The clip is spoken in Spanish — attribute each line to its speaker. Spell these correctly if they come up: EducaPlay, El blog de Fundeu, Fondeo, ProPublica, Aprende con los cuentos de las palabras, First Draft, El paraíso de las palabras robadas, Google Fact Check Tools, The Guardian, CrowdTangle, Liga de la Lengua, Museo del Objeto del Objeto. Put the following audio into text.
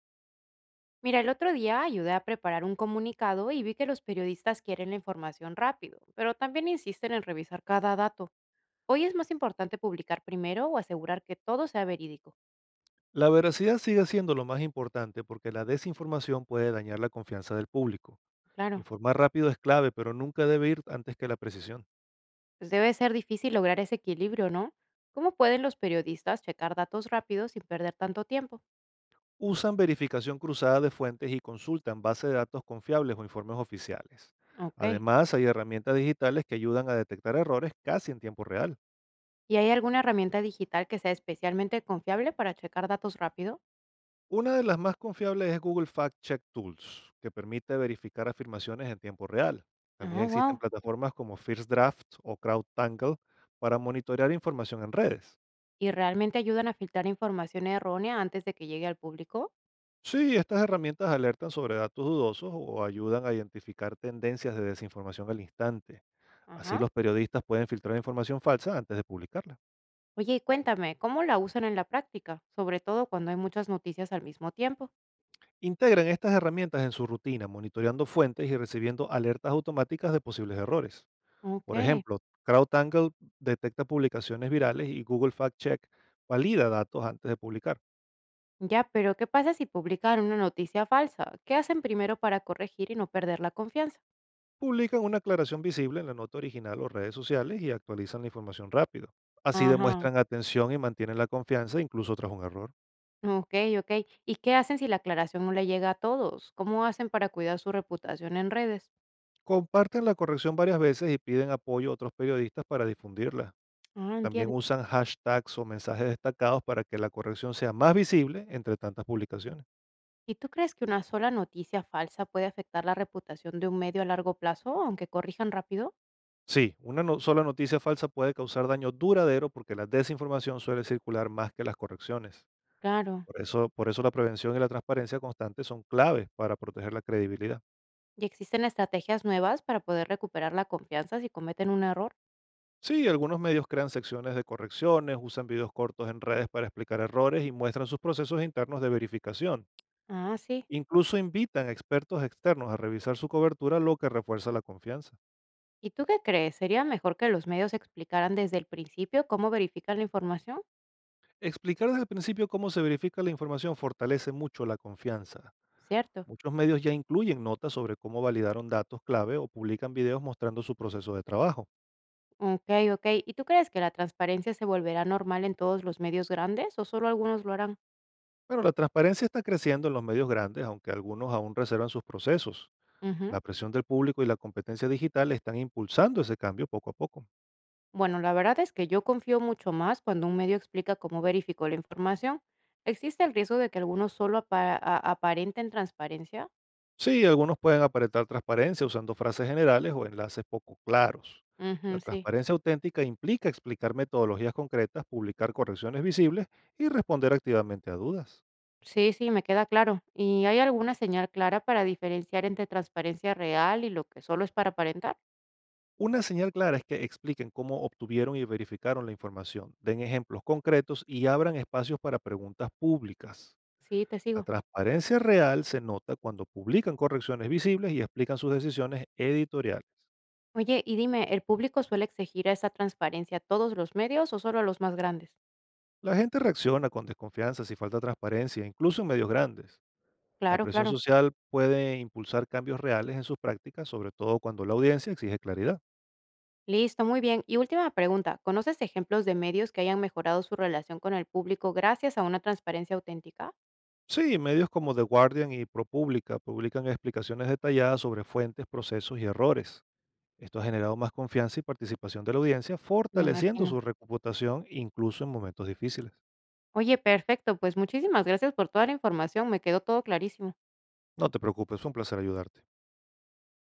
Speaker 1: Mira, el otro día ayudé a preparar un comunicado y vi que los periodistas quieren la información rápido, pero también insisten en revisar cada dato. Hoy es más importante publicar primero o asegurar que todo sea verídico.
Speaker 2: La veracidad sigue siendo lo más importante porque la desinformación puede dañar la confianza del público.
Speaker 1: Claro,
Speaker 2: Informar rápido es clave, pero nunca debe ir antes que la precisión.
Speaker 1: pues debe ser difícil lograr ese equilibrio, ¿no? ¿Cómo pueden los periodistas checar datos rápidos sin perder tanto tiempo?
Speaker 2: Usan verificación cruzada de fuentes y consultan bases de datos confiables o informes oficiales.
Speaker 1: Ok.
Speaker 2: Además, hay herramientas digitales que ayudan a detectar errores casi en tiempo real.
Speaker 1: ¿Y hay alguna herramienta digital que sea especialmente confiable para checar datos rápido?
Speaker 2: Una de las más confiables es Google Fact Check Tools, que permite verificar afirmaciones en tiempo real. También
Speaker 1: Oh,
Speaker 2: existen
Speaker 1: wow.
Speaker 2: plataformas como First Draft o CrowdTangle para monitorear información en redes.
Speaker 1: ¿Y realmente ayudan a filtrar información errónea antes de que llegue al público?
Speaker 2: Sí, estas herramientas alertan sobre datos dudosos o ayudan a identificar tendencias de desinformación al instante. Así
Speaker 1: Ajá.
Speaker 2: los periodistas pueden filtrar información falsa antes de publicarla.
Speaker 1: Oye, y cuéntame, ¿cómo la usan en la práctica? Sobre todo cuando hay muchas noticias al mismo tiempo.
Speaker 2: Integran estas herramientas en su rutina, monitoreando fuentes y recibiendo alertas automáticas de posibles errores.
Speaker 1: Ok,
Speaker 2: Por ejemplo, CrowdTangle detecta publicaciones virales y Google Fact Check valida datos antes de publicar.
Speaker 1: ya, pero ¿qué pasa si publican una noticia falsa? ¿Qué hacen primero para corregir y no perder la confianza?
Speaker 2: Publican una aclaración visible en la nota original o redes sociales y actualizan la información rápido. Así
Speaker 1: Ajá,
Speaker 2: demuestran atención y mantienen la confianza incluso tras un error.
Speaker 1: ok, ok. ¿Y qué hacen si la aclaración no le llega a todos? ¿Cómo hacen para cuidar su reputación en redes?
Speaker 2: Comparten la corrección varias veces y piden apoyo a otros periodistas para difundirla.
Speaker 1: Ah,
Speaker 2: También
Speaker 1: entiendo.
Speaker 2: usan hashtags o mensajes destacados para que la corrección sea más visible entre tantas publicaciones.
Speaker 1: ¿Y tú crees que una sola noticia falsa puede afectar la reputación de un medio a largo plazo, aunque corrijan rápido?
Speaker 2: Sí, una sola noticia falsa puede causar daño duradero porque la desinformación suele circular más que las correcciones.
Speaker 1: Claro.
Speaker 2: Por eso la prevención y la transparencia constante son claves para proteger la credibilidad.
Speaker 1: ¿Y existen estrategias nuevas para poder recuperar la confianza si cometen un error?
Speaker 2: Sí, algunos medios crean secciones de correcciones, usan videos cortos en redes para explicar errores y muestran sus procesos internos de verificación.
Speaker 1: Ah, sí.
Speaker 2: Incluso invitan a expertos externos a revisar su cobertura, lo que refuerza la confianza.
Speaker 1: ¿Y tú qué crees? ¿Sería mejor que los medios explicaran desde el principio cómo verifican la información?
Speaker 2: Explicar desde el principio cómo se verifica la información fortalece mucho la confianza.
Speaker 1: Cierto.
Speaker 2: Muchos medios ya incluyen notas sobre cómo validaron datos clave o publican videos mostrando su proceso de trabajo.
Speaker 1: Ok, ok. ¿Y tú crees que la transparencia se volverá normal en todos los medios grandes o solo algunos lo harán?
Speaker 2: Pero la transparencia está creciendo en los medios grandes, aunque algunos aún reservan sus procesos.
Speaker 1: Ujú.
Speaker 2: La presión del público y la competencia digital están impulsando ese cambio poco a poco.
Speaker 1: Bueno, la verdad es que yo confío mucho más cuando un medio explica cómo verificó la información. ¿Existe el riesgo de que algunos solo aparenten transparencia?
Speaker 2: Sí, algunos pueden aparentar transparencia usando frases generales o enlaces poco claros. La
Speaker 1: Ujú, sí.
Speaker 2: transparencia auténtica implica explicar metodologías concretas, publicar correcciones visibles y responder activamente a dudas.
Speaker 1: Sí, sí, me queda claro. ¿Y hay alguna señal clara para diferenciar entre transparencia real y lo que solo es para aparentar?
Speaker 2: Una señal clara es que expliquen cómo obtuvieron y verificaron la información, den ejemplos concretos y abran espacios para preguntas públicas.
Speaker 1: Sí, te
Speaker 2: La
Speaker 1: sigo.
Speaker 2: transparencia real se nota cuando publican correcciones visibles y explican sus decisiones editoriales.
Speaker 1: Oye, y dime, ¿el público suele exigir esa transparencia a todos los medios o solo a los más grandes?
Speaker 2: La gente reacciona con desconfianza si falta transparencia, incluso en medios grandes. La
Speaker 1: Claro,
Speaker 2: presión
Speaker 1: claro.
Speaker 2: social puede impulsar cambios reales en sus prácticas, sobre todo cuando la audiencia exige claridad.
Speaker 1: Listo, muy bien. Y última pregunta, ¿conoces ejemplos de medios que hayan mejorado su relación con el público gracias a una transparencia auténtica?
Speaker 2: Sí, medios como The Guardian y ProPublica publican explicaciones detalladas sobre fuentes, procesos y errores. Esto ha generado más confianza y participación de la audiencia,
Speaker 1: Me
Speaker 2: fortaleciendo
Speaker 1: imagino.
Speaker 2: su reputación incluso en momentos difíciles.
Speaker 1: Oye, perfecto, pues muchísimas gracias por toda la información, me quedó todo clarísimo.
Speaker 2: No te preocupes, fue un placer ayudarte.